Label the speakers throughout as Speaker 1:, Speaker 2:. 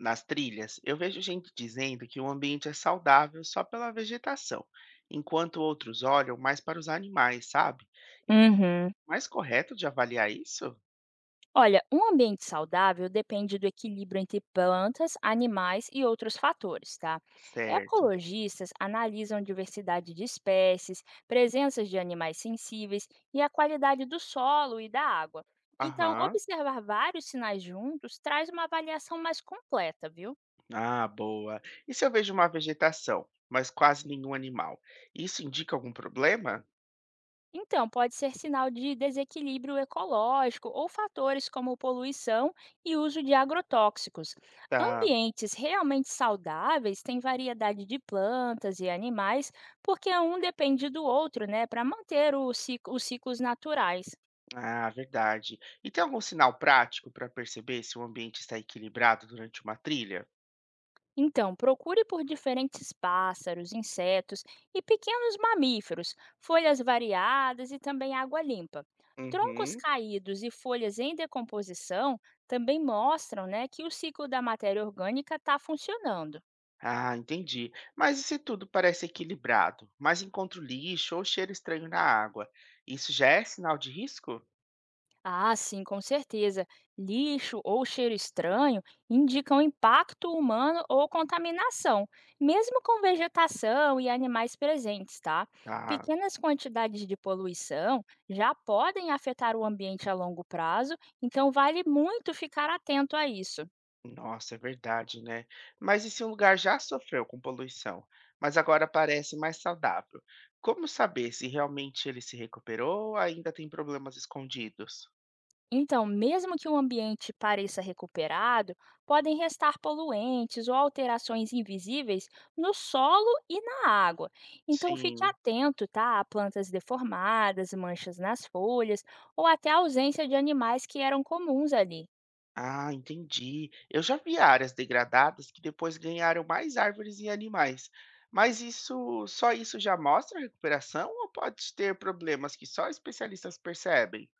Speaker 1: Nas trilhas, eu vejo gente dizendo que o ambiente é saudável só pela vegetação, enquanto outros olham mais para os animais, sabe?
Speaker 2: Uhum.
Speaker 1: Mais correto de avaliar isso?
Speaker 2: Olha, um ambiente saudável depende do equilíbrio entre plantas, animais e outros fatores, tá?
Speaker 1: Certo.
Speaker 2: Ecologistas analisam diversidade de espécies, presenças de animais sensíveis e a qualidade do solo e da água. Então,
Speaker 1: Aham.
Speaker 2: observar vários sinais juntos traz uma avaliação mais completa, viu?
Speaker 1: Ah, boa. E se eu vejo uma vegetação, mas quase nenhum animal? Isso indica algum problema?
Speaker 2: Então, pode ser sinal de desequilíbrio ecológico ou fatores como poluição e uso de agrotóxicos.
Speaker 1: Tá.
Speaker 2: Ambientes realmente saudáveis têm variedade de plantas e animais, porque um depende do outro, né, para manter o os ciclos naturais.
Speaker 1: Ah, verdade. E tem algum sinal prático para perceber se o ambiente está equilibrado durante uma trilha?
Speaker 2: Então, procure por diferentes pássaros, insetos e pequenos mamíferos, folhas variadas e também água limpa. Troncos
Speaker 1: Uhum.
Speaker 2: caídos e folhas em decomposição também mostram, né, que o ciclo da matéria orgânica está funcionando.
Speaker 1: Ah, entendi. Mas e se tudo parece equilibrado, mas encontro lixo ou cheiro estranho na água? Isso já é sinal de risco?
Speaker 2: Ah, sim, com certeza. Lixo ou cheiro estranho indicam impacto humano ou contaminação, mesmo com vegetação e animais presentes, tá?
Speaker 1: Ah,
Speaker 2: Pequenas quantidades de poluição já podem afetar o ambiente a longo prazo, então vale muito ficar atento a isso.
Speaker 1: nossa, é verdade, né? Mas e se um lugar já sofreu com poluição, mas agora parece mais saudável? Como saber se realmente ele se recuperou ou ainda tem problemas escondidos?
Speaker 2: Então, mesmo que o ambiente pareça recuperado, podem restar poluentes ou alterações invisíveis no solo e na água. Então, fique
Speaker 1: Sim.
Speaker 2: atento, tá, a plantas deformadas, manchas nas folhas ou até a ausência de animais que eram comuns ali.
Speaker 1: Ah, entendi. Eu já vi áreas degradadas que depois ganharam mais árvores e animais. Mas isso, só isso já mostra a recuperação ou pode ter problemas que só especialistas percebem?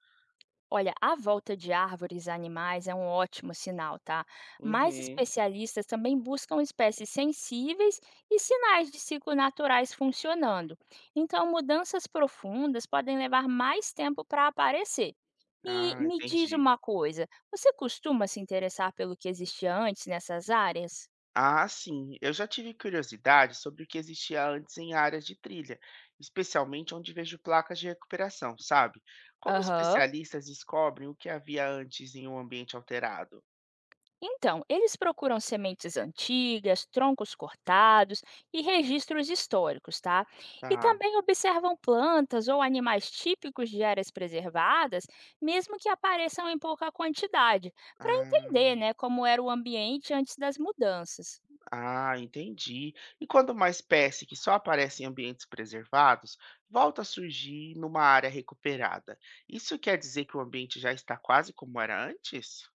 Speaker 2: Olha, a volta de árvores a animais é um ótimo sinal, tá? Mas
Speaker 1: Uhum.
Speaker 2: especialistas também buscam espécies sensíveis e sinais de ciclo naturais funcionando. Então, mudanças profundas podem levar mais tempo para aparecer. E
Speaker 1: Ah,
Speaker 2: me diz
Speaker 1: entendi.
Speaker 2: uma coisa, você costuma se interessar pelo que existia antes nessas áreas?
Speaker 1: Ah, sim. Eu já tive curiosidade sobre o que existia antes em áreas de trilha, especialmente onde vejo placas de recuperação, sabe? Como
Speaker 2: Aham.
Speaker 1: especialistas descobrem o que havia antes em um ambiente alterado?
Speaker 2: Então, eles procuram sementes antigas, troncos cortados e registros históricos, tá? E
Speaker 1: Tá.
Speaker 2: também observam plantas ou animais típicos de áreas preservadas, mesmo que apareçam em pouca quantidade, para
Speaker 1: Ah.
Speaker 2: entender, né, como era o ambiente antes das mudanças.
Speaker 1: Ah, entendi. E quando uma espécie que só aparece em ambientes preservados volta a surgir numa área recuperada, isso quer dizer que o ambiente já está quase como era antes?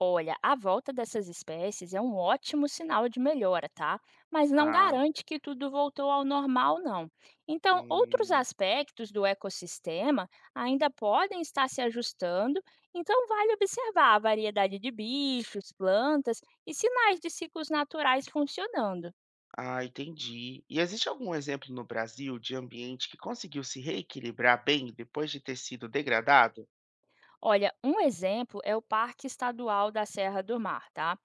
Speaker 2: Olha, a volta dessas espécies é um ótimo sinal de melhora, tá? Mas não
Speaker 1: Ah,
Speaker 2: garante que tudo voltou ao normal, não. Então, outros
Speaker 1: hum,
Speaker 2: aspectos do ecossistema ainda podem estar se ajustando, então vale observar a variedade de bichos, plantas e sinais de ciclos naturais funcionando.
Speaker 1: ah, entendi. E existe algum exemplo no Brasil de ambiente que conseguiu se reequilibrar bem depois de ter sido degradado?
Speaker 2: Olha, um exemplo é o Parque Estadual da Serra do Mar, tá?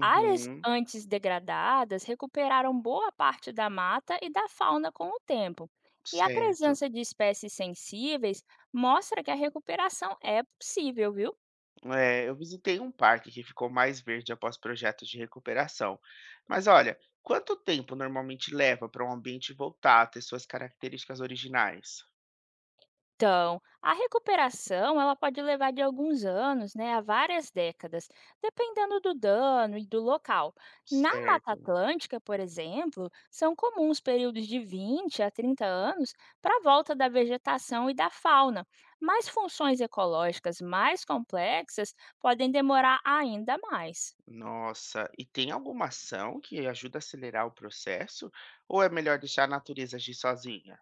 Speaker 2: Áreas antes degradadas recuperaram boa parte da mata e da fauna com o tempo, e a
Speaker 1: certo.
Speaker 2: presença de espécies sensíveis mostra que a recuperação é possível, viu?
Speaker 1: É, eu visitei um parque que ficou mais verde após projetos de recuperação. Mas olha, quanto tempo normalmente leva para um ambiente voltar a ter suas características originais?
Speaker 2: Então, a recuperação ela pode levar de alguns anos, né, a várias décadas, dependendo do dano e do local. Na Mata
Speaker 1: Certo.
Speaker 2: Atlântica, por exemplo, são comuns períodos de 20 a 30 anos para a volta da vegetação e da fauna, mas funções ecológicas mais complexas podem demorar ainda mais.
Speaker 1: Nossa, e tem alguma ação que ajuda a acelerar o processo? Ou é melhor deixar a natureza agir sozinha?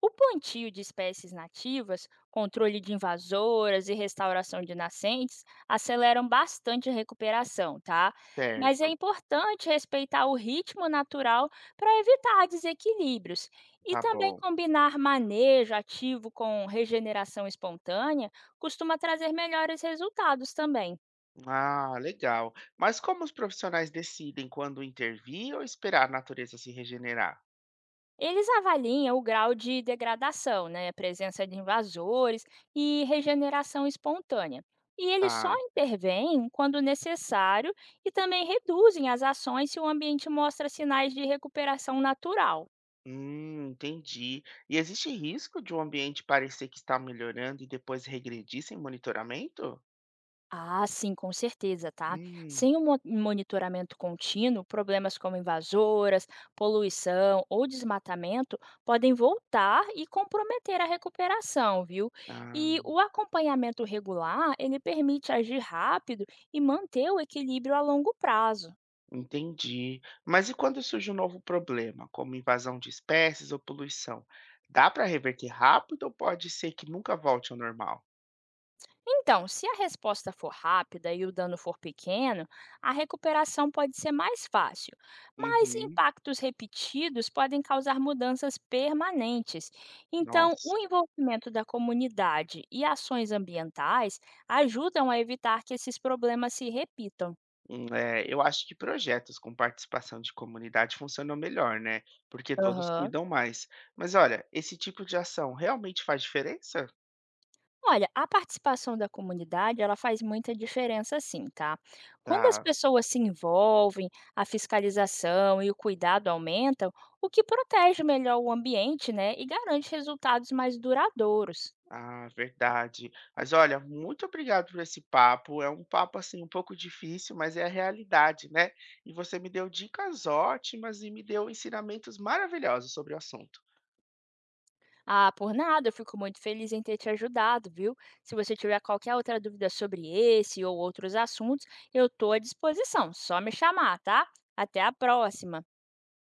Speaker 2: O plantio de espécies nativas, controle de invasoras e restauração de nascentes aceleram bastante a recuperação, tá? Mas é
Speaker 1: Certo,
Speaker 2: importante respeitar o ritmo natural para evitar desequilíbrios, e
Speaker 1: tá
Speaker 2: também
Speaker 1: bom.
Speaker 2: combinar manejo ativo com regeneração espontânea costuma trazer melhores resultados também.
Speaker 1: Ah, legal. Mas como os profissionais decidem quando intervir ou esperar a natureza se regenerar?
Speaker 2: Eles avaliam o grau de degradação, né, presença de invasores e regeneração espontânea. E eles só
Speaker 1: Tá.
Speaker 2: intervêm quando necessário e também reduzem as ações se o ambiente mostra sinais de recuperação natural.
Speaker 1: Entendi. E existe risco de o ambiente parecer que está melhorando e depois regredir sem monitoramento?
Speaker 2: Ah, sim, com certeza, tá?
Speaker 1: Hum,
Speaker 2: Sem um monitoramento contínuo, problemas como invasoras, poluição ou desmatamento podem voltar e comprometer a recuperação, viu? E
Speaker 1: ah,
Speaker 2: o acompanhamento regular, ele permite agir rápido e manter o equilíbrio a longo prazo.
Speaker 1: entendi. Mas e quando surge um novo problema, como invasão de espécies ou poluição? Dá para reverter rápido ou pode ser que nunca volte ao normal?
Speaker 2: Então, se a resposta for rápida e o dano for pequeno, a recuperação pode ser mais fácil, mas
Speaker 1: Uhum,
Speaker 2: impactos repetidos podem causar mudanças permanentes. Então,
Speaker 1: nossa.
Speaker 2: o envolvimento da comunidade e ações ambientais ajudam a evitar que esses problemas se repitam.
Speaker 1: É, eu acho que projetos com participação de comunidade funcionam melhor, né? Porque todos
Speaker 2: Aham.
Speaker 1: cuidam mais. Mas olha, esse tipo de ação realmente faz diferença?
Speaker 2: Olha, a participação da comunidade, ela faz muita diferença sim, tá? Quando as
Speaker 1: Tá,
Speaker 2: pessoas se envolvem, a fiscalização e o cuidado aumentam, o que protege melhor o ambiente, né? E garante resultados mais duradouros.
Speaker 1: ah, verdade. Mas olha, muito obrigado por esse papo. É um papo assim um pouco difícil, mas é a realidade, né? E você me deu dicas ótimas e me deu ensinamentos maravilhosos sobre o assunto.
Speaker 2: Ah, por nada, eu fico muito feliz em ter te ajudado, viu? Se você tiver qualquer outra dúvida sobre esse ou outros assuntos, eu estou à disposição. Só me chamar, tá? Até a próxima!